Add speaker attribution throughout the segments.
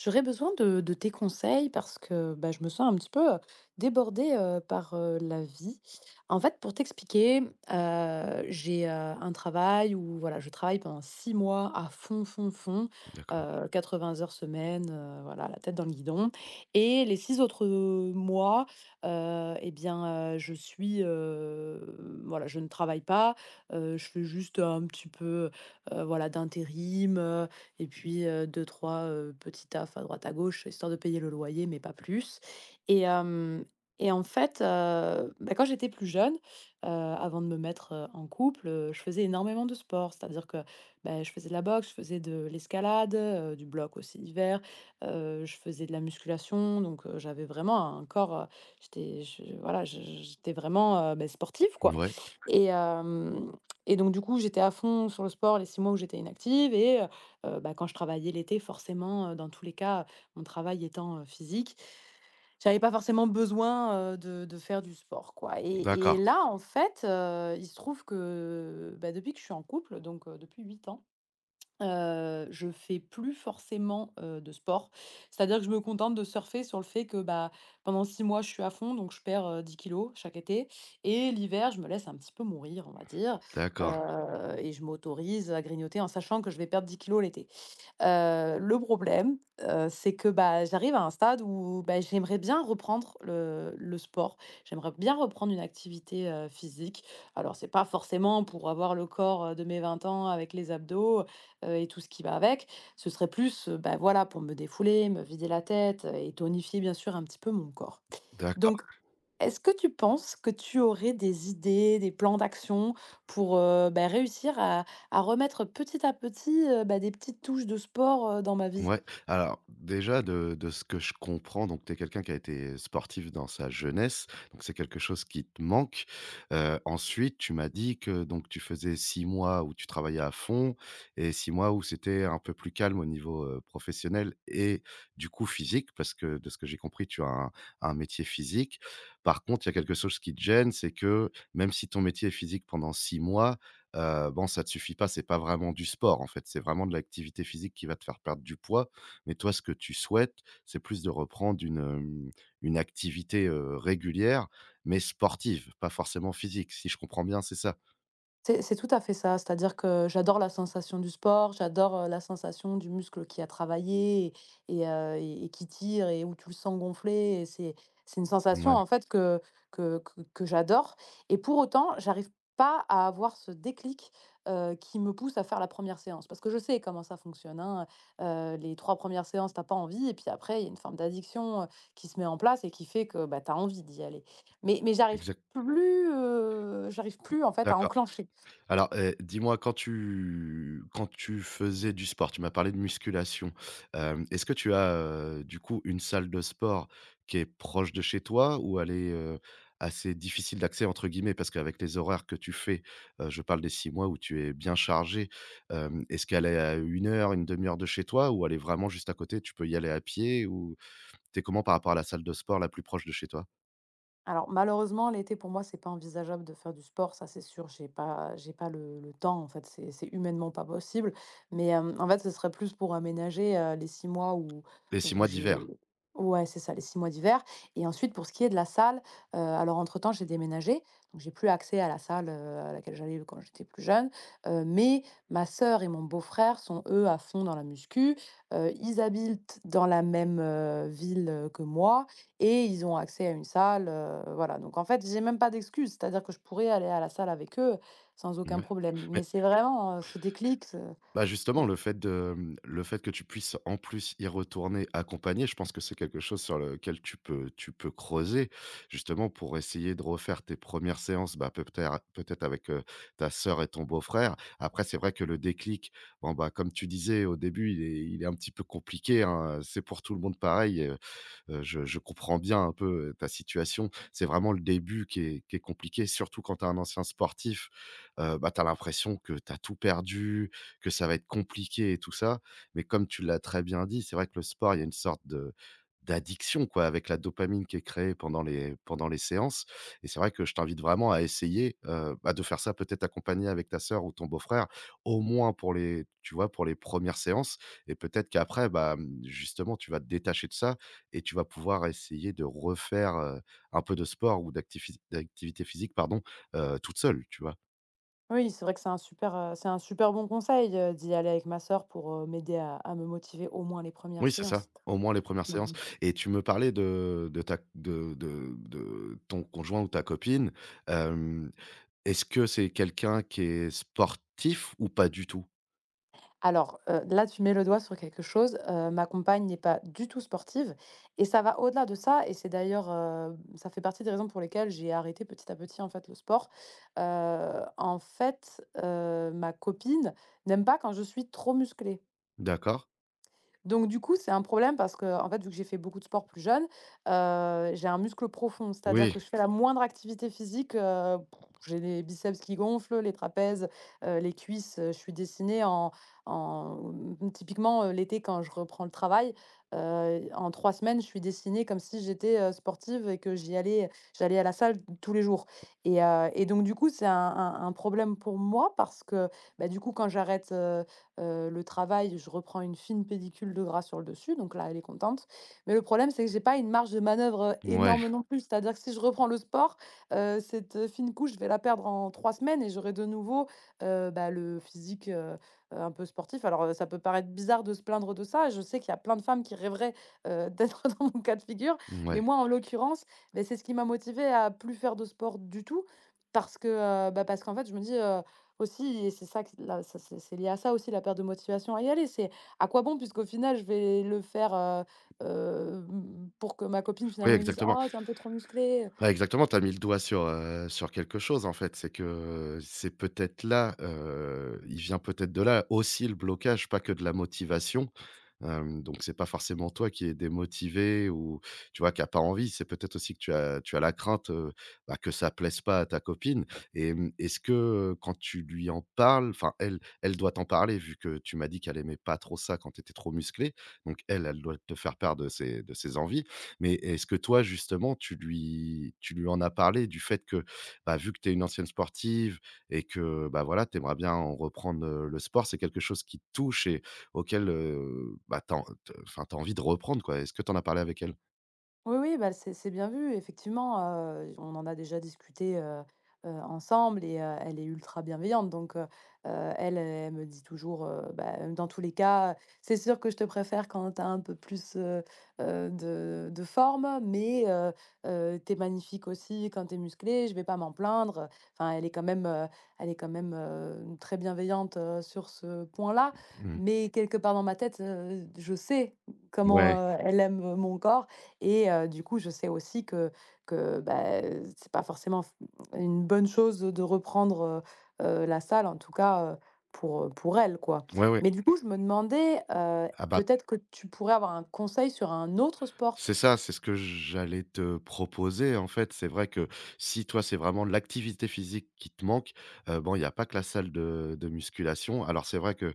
Speaker 1: J'aurais besoin de tes conseils parce que bah, je me sens un petit peu débordée par la vie. En fait, pour t'expliquer, j'ai un travail où voilà, je travaille pendant 6 mois à fond, fond, fond,
Speaker 2: D'accord.
Speaker 1: 80 heures semaine, voilà, la tête dans le guidon. Et les six autres mois, eh bien, je suis, voilà, je ne travaille pas. Je fais juste un petit peu, voilà, d'intérim. Et puis, 2-3, petits tafs à droite à gauche, histoire de payer le loyer, mais pas plus. Et hem et en fait, bah, quand j'étais plus jeune, avant de me mettre, en couple, je faisais énormément de sport. C'est-à-dire que, bah, je faisais de la boxe, je faisais de l'escalade, du bloc aussi l'hiver, je faisais de la musculation, donc j'avais vraiment un corps. Heu, j'étais je voilà, je j'étais vraiment, sportive, quoi.
Speaker 2: Ouais.
Speaker 1: Et hem et donc du coup, j'étais à fond sur le sport les 6 mois où j'étais inactive. Et bah, quand je travaillais l'été forcément, dans tous les cas, mon travail étant, physique, j'avais pas forcément besoin, de faire du sport, quoi. Et
Speaker 2: D'accord,
Speaker 1: là, en fait, il se trouve que, bah, depuis que je suis en couple, donc depuis 8 ans. Je fais plus forcément, de sport. C'est-à-dire que je me contente de surfer sur le fait que, bah, pendant 6 mois, je suis à fond, donc je perds, 10 kg chaque été. Et l'hiver, je me laisse un petit peu mourir, on va dire,
Speaker 2: d'accord,
Speaker 1: et je m'autorise à grignoter en sachant que je vais perdre 10 kg l'été. Le problème, c'est que, bah, j'arrive à un stade où, bah, j'aimerais bien reprendre le sport. J'aimerais bien reprendre une activité, physique. Alors c'est pas forcément pour avoir le corps, de mes 20 ans avec les abdos, et tout ce qui va avec. Ce serait plus, bah, voilà, pour me défouler, me vider la tête, et tonifier bien sûr un petit peu mon corps. Donc
Speaker 2: d'accord.
Speaker 1: est-ce que tu penses que tu aurais des idées, des plans d'action pour, bah, réussir à remettre petit à petit, bah, des petites touches de sport, dans ma vie?
Speaker 2: Ouais. Alors déjà de ce que je comprends, donc tu es quelqu'un qui a été sportif dans sa jeunesse, donc c'est quelque chose qui te manque. Ensuite tu m'as dit que donc tu faisais 6 mois où tu travaillais à fond et 6 mois où c'était un peu plus calme au niveau, professionnel et du coup physique parce que de ce que j'ai compris tu as un métier physique. Par contre, il y a quelque chose qui te gêne, c'est que même si ton métier est physique pendant 6 mois. Bon, ça te suffit pas, c'est pas vraiment du sport, en fait, c'est vraiment de l'activité physique qui va te faire perdre du poids. Mais toi, ce que tu souhaites, c'est plus de reprendre une activité, régulière, mais sportive, pas forcément physique, si je comprends bien, c'est ça?
Speaker 1: C'est tout à fait ça, c'est-à-dire que j'adore la sensation du sport, j'adore, la sensation du muscle qui a travaillé et qui tire et où tu le sens gonfler. Et c'est une sensation,
Speaker 2: Ouais,
Speaker 1: en fait, que j'adore. Et pour autant, j'arrive pas à avoir ce déclic, qui me pousse à faire la première séance. Parce que je sais comment ça fonctionne, hein, heu les 3 premières séances, t'as pas envie. Et puis après, il y a une forme d'addiction, qui se met en place et qui fait que, bah, tu as envie d'y aller. Mais j'arrive
Speaker 2: exact,
Speaker 1: plus, heu, j'arrive plus, en fait, à
Speaker 2: d'accord.
Speaker 1: enclencher.
Speaker 2: Alors, dis-moi quand tu faisais du sport, tu m'as parlé de musculation. Est-ce que tu as, du coup, une salle de sport qui est proche de chez toi ou elle est, assez «difficile d'accès» entre guillemets? Parce qu'avec les horaires que tu fais, je parle des 6 mois où tu es bien chargé. Est-ce qu'elle est à une heure, une demi heure de chez toi ou elle est vraiment juste à côté, tu peux y aller à pied ou t'es comment par rapport à la salle de sport la plus proche de chez toi?
Speaker 1: Alors malheureusement, l'été pour moi, c'est pas envisageable de faire du sport, ça c'est sûr, j'ai pas le temps, en fait. C'est humainement pas possible. Mais, en fait, ce serait plus pour aménager, les 6 mois où
Speaker 2: Les 6
Speaker 1: où
Speaker 2: mois d'hiver?
Speaker 1: j'ai Ouais, c'est ça, les 6 mois d'hiver. Et ensuite, pour ce qui est de la salle, alors entre-temps, j'ai déménagé, donc j'ai plus accès à la salle, à laquelle j'allais quand j'étais plus jeune, mais ma sœur et mon beau-frère sont eux à fond dans la muscu, ils habitent dans la même, ville, que moi, et ils ont accès à une salle, voilà. Donc en fait, j'ai même pas d'excuse, c'est-à-dire que je pourrais aller à la salle avec eux sans aucun
Speaker 2: Mouais.
Speaker 1: problème. Mais
Speaker 2: Mais
Speaker 1: c'est vraiment, ce déclic, ce.
Speaker 2: Bah, justement, le fait que tu puisses en plus y retourner accompagné, je pense que c'est quelque chose sur lequel tu peux creuser, justement pour essayer de refaire tes premières séances, bah, peut-être avec, ta sœur et ton beau-frère. Après c'est vrai que le déclic, bon, bah, comme tu disais au début, il est un petit peu compliqué, hein, c'est pour tout le monde pareil. Je comprends bien un peu ta situation. C'est vraiment le début qui est compliqué, surtout quand tu es un ancien sportif. Bah, tu as l'impression que tu as tout perdu, que ça va être compliqué et tout ça. Mais comme tu l'as très bien dit, c'est vrai que le sport, il y a une sorte de d'addiction, quoi, avec la dopamine qui est créée pendant les séances et c'est vrai que je t'invite vraiment à essayer, bah, de faire ça peut-être accompagné avec ta sœur ou ton beau-frère, au moins pour les premières séances et peut-être qu'après, bah, justement, tu vas te détacher de ça et tu vas pouvoir essayer de refaire, un peu de sport ou d'activité physique, pardon, toute seule, tu vois?
Speaker 1: Oui, c'est vrai que c'est un super bon conseil, d'y aller avec ma sœur pour, m'aider à me motiver au moins les premières
Speaker 2: Oui, c'est ça,
Speaker 1: séances.
Speaker 2: au moins les premières
Speaker 1: Mmh.
Speaker 2: séances et tu me parlais de ton conjoint ou ta copine. Hem, est-ce que c'est quelqu'un qui est sportif ou pas du tout?
Speaker 1: Alors, là, tu mets le doigt sur quelque chose. Ma compagne n'est pas du tout sportive, et ça va au-delà de ça. Et c'est d'ailleurs, ça fait partie des raisons pour lesquelles j'ai arrêté petit à petit, en fait, le sport. En fait, ma copine n'aime pas quand je suis trop musclée.
Speaker 2: D'accord.
Speaker 1: Donc du coup, c'est un problème parce que, en fait, vu que j'ai fait beaucoup de sport plus jeune, j'ai un muscle profond. C'est-à-dire
Speaker 2: Oui,
Speaker 1: que je fais la moindre activité physique, j'ai les biceps qui gonflent, les trapèzes, les cuisses, je suis dessinée en. Typiquement, l'été quand je reprends le travail, en 3 semaines, je suis dessinée comme si j'étais, sportive et que j'allais à la salle tous les jours. Et donc du coup, c'est un problème pour moi parce que, bah, du coup, quand j'arrête, le travail, je reprends une fine pellicule de gras sur le dessus, donc là, elle est contente. Mais le problème, c'est que j'ai pas une marge de manœuvre
Speaker 2: ouais,
Speaker 1: énorme non plus. C'est-à-dire que si je reprends le sport, cette fine couche, je vais la perdre en 3 semaines et j'aurai de nouveau, bah, le physique, un peu sportif. Alors, ça peut paraître bizarre de se plaindre de ça. Je sais qu'il y a plein de femmes qui rêveraient, d'être dans mon cas de figure. Mais
Speaker 2: ouais,
Speaker 1: moi, en l'occurrence, c'est ce qui m'a motivée à plus faire de sport du tout parce que, bah, parce qu'en fait, je me dis, aussi. Et c'est ça que là, ça c'est lié à ça aussi, la perte de motivation à y aller. C'est à quoi bon puisqu'au final je vais le faire, mmh, pour que ma copine
Speaker 2: oui,
Speaker 1: finalement me dise:
Speaker 2: exactement.
Speaker 1: «Oh tu un peu trop musclé».
Speaker 2: Bah, exactement, tu as mis le doigt sur quelque chose, en fait. C'est que c'est peut-être là, il vient peut-être de là aussi le blocage, pas que de la motivation. Donc c'est pas forcément toi qui est démotivé ou tu vois, qui a pas envie. C'est peut-être aussi que tu as la crainte, bah, que ça plaise pas à ta copine et est-ce que, quand tu lui en parles, enfin elle doit t'en parler vu que tu m'as dit qu'elle aimait pas trop ça quand tu étais trop musclé. Donc elle, elle doit te faire part de ses envies. Mais est-ce que toi, justement, tu lui en as parlé du fait que, bah, vu que tu es une ancienne sportive et que, bah, voilà, tu aimerais bien en reprendre, le sport, c'est quelque chose qui te touche et auquel, bah, tu as enfin, envie de reprendre, quoi. Est-ce que tu en as parlé avec elle?
Speaker 1: Oui, oui, bah, c'est bien vu, effectivement. On en a déjà discuté ensemble. Et elle est ultra bienveillante. Donc elle, elle me dit toujours, bah, dans tous les cas, c'est sûr que je te préfère quand tu as un peu plus, de forme, mais tu magnifique aussi quand t'es musclé, je vais pas m'en plaindre. Enfin, elle est quand même, elle est quand même, très bienveillante, sur ce point-là,
Speaker 2: Mmh.
Speaker 1: mais quelque part dans ma tête, je sais comment,
Speaker 2: Ouais,
Speaker 1: elle aime mon corps. Du coup, je sais aussi que, bah, c'est pas forcément f une bonne chose de reprendre, la salle, en tout cas, pour elle, quoi.
Speaker 2: ouais, ouais.
Speaker 1: Mais du coup, je me demandais,
Speaker 2: Ah, bah,
Speaker 1: peut-être que tu pourrais avoir un conseil sur un autre sport.
Speaker 2: c'est ça, c'est ce que j'allais te proposer, en fait. C'est vrai que si toi, c'est vraiment l'activité physique qui te manque, bon, il y a pas que la salle de musculation. Alors c'est vrai que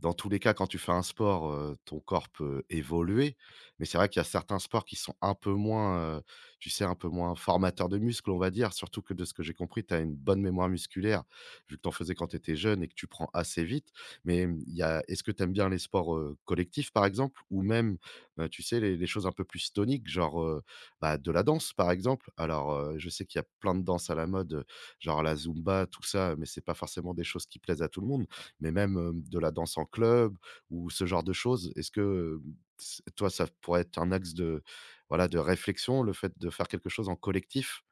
Speaker 2: Dans tous les cas, quand tu fais un sport, ton corps peut évoluer, mais c'est vrai qu'il y a certains sports qui sont un peu moins, tu sais, un peu moins formateurs de muscles, on va dire. Surtout que de ce que j'ai compris, tu as une bonne mémoire musculaire, vu que tu en faisais quand tu étais jeune et que tu prends assez vite. Mais, il y a est-ce que tu aimes bien les sports, collectifs, par exemple? Ou même, tu sais, les choses un peu plus toniques, genre, bah, de la danse, par exemple? Alors, je sais qu'il y a plein de danses à la mode, genre la zumba, tout ça, mais c'est pas forcément des choses qui plaisent à tout le monde, mais même, de la danse en club ou ce genre de choses. Est-ce que, s toi, ça pourrait être un axe de réflexion, le fait de faire quelque chose en collectif?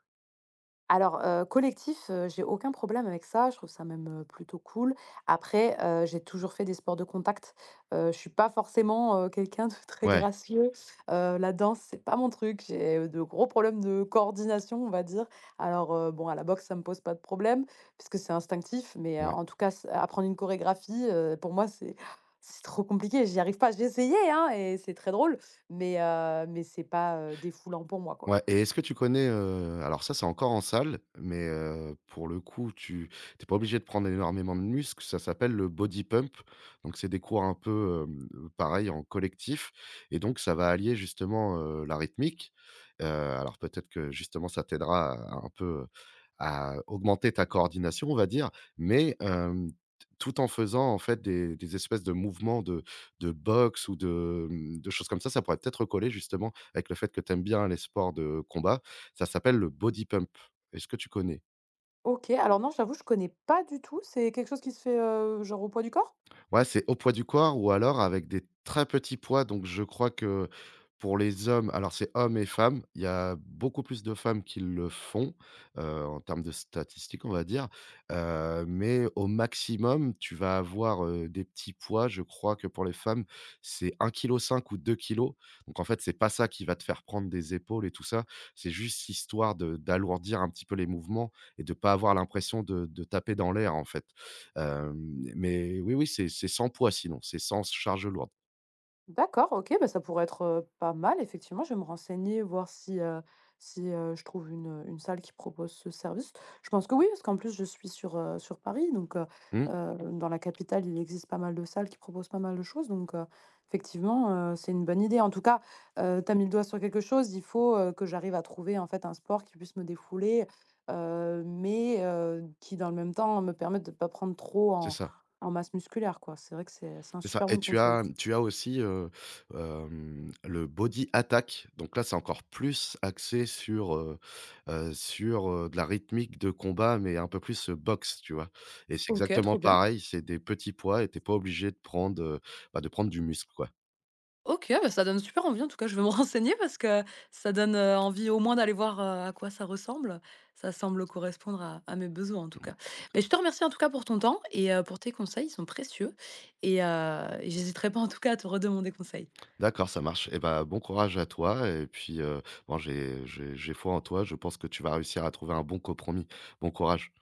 Speaker 1: Alors, collectif, j'ai aucun problème avec ça. Je trouve ça même, plutôt cool. Après, j'ai toujours fait des sports de contact. Je suis pas forcément, quelqu'un de très
Speaker 2: Ouais,
Speaker 1: gracieux. La danse, c'est pas mon truc. J'ai de gros problèmes de coordination, on va dire. Alors, bon, à la boxe, ça me pose pas de problème puisque c'est instinctif. Mais,
Speaker 2: ouais.
Speaker 1: en tout cas, s apprendre une chorégraphie, pour moi, c'est trop compliqué. J'y arrive pas. J'ai essayé, hein, et c'est très drôle, mais c'est pas, défoulant pour moi, quoi.
Speaker 2: Ouais et est-ce que tu connais, alors ça, c'est encore en salle, mais pour le coup, tu pas obligé de prendre énormément de muscles. Ça s'appelle le body pump. Donc c'est des cours un peu, pareil en collectif et donc ça va allier justement, la rythmique. Alors peut-être que justement ça t'aidera à un peu à augmenter ta coordination, on va dire, mais tout en faisant en fait des espèces de mouvements de boxe ou de choses comme ça. Ça pourrait peut-être coller justement avec le fait que tu aimes bien les sports de combat. Ça s'appelle le body pump. Est-ce que tu connais?
Speaker 1: OK, alors non, j'avoue, je connais pas du tout. C'est quelque chose qui se fait, genre au poids du corps?
Speaker 2: Ouais, c'est au poids du corps ou alors avec des très petits poids. Donc, je crois que pour les hommes, alors c'est hommes et femmes, il y a beaucoup plus de femmes qui le font, en termes de statistiques, on va dire, mais au maximum, tu vas avoir, des petits poids. Je crois que pour les femmes, c'est 1,5 kg ou 2 kilos. Donc, en fait, c'est pas ça qui va te faire prendre des épaules et tout ça. C'est juste histoire de d'alourdir un petit peu les mouvements et de pas avoir l'impression de taper dans l'air, en fait. Mais oui, oui, c'est sans poids sinon, c'est sans charge lourde.
Speaker 1: D'accord, OK, bah, ça pourrait être, pas mal effectivement. Je vais me renseigner, voir si, je trouve une salle qui propose ce service. Je pense que oui, parce qu'en plus je suis sur Paris. Donc,
Speaker 2: Mmh,
Speaker 1: dans la capitale, il existe pas mal de salles qui proposent pas mal de choses. Donc, effectivement, c'est une bonne idée. En tout cas, tu as mis le doigt sur quelque chose, il faut, que j'arrive à trouver en fait un sport qui puisse me défouler, mais, qui dans le même temps me permette de ne pas prendre trop
Speaker 2: c'est
Speaker 1: en
Speaker 2: ça,
Speaker 1: en masse musculaire, quoi. C'est vrai que c'est un
Speaker 2: c'est ça
Speaker 1: super
Speaker 2: et
Speaker 1: bon
Speaker 2: tu
Speaker 1: conseil.
Speaker 2: as tu as aussi, le body attack. Donc là, c'est encore plus axé sur, de la rythmique de combat, mais un peu plus, boxe, tu vois? Et c'est
Speaker 1: OK,
Speaker 2: exactement
Speaker 1: trop bien.
Speaker 2: pareil, c'est des petits poids et t'es pas obligé de prendre, du muscle, quoi.
Speaker 1: OK, ah bah, ça donne super envie en tout cas, je vais me renseigner parce que ça donne, envie au moins d'aller voir, à quoi ça ressemble. Ça semble correspondre à mes besoins en tout cas. Mais je te remercie en tout cas pour ton temps et, pour tes conseils, ils sont précieux. Et j'hésiterai pas en tout cas à te redemander conseil.
Speaker 2: D'accord, ça marche. Et ben bon courage à toi et puis, bon, j'ai foi en toi, je pense que tu vas réussir à trouver un bon compromis. Bon courage.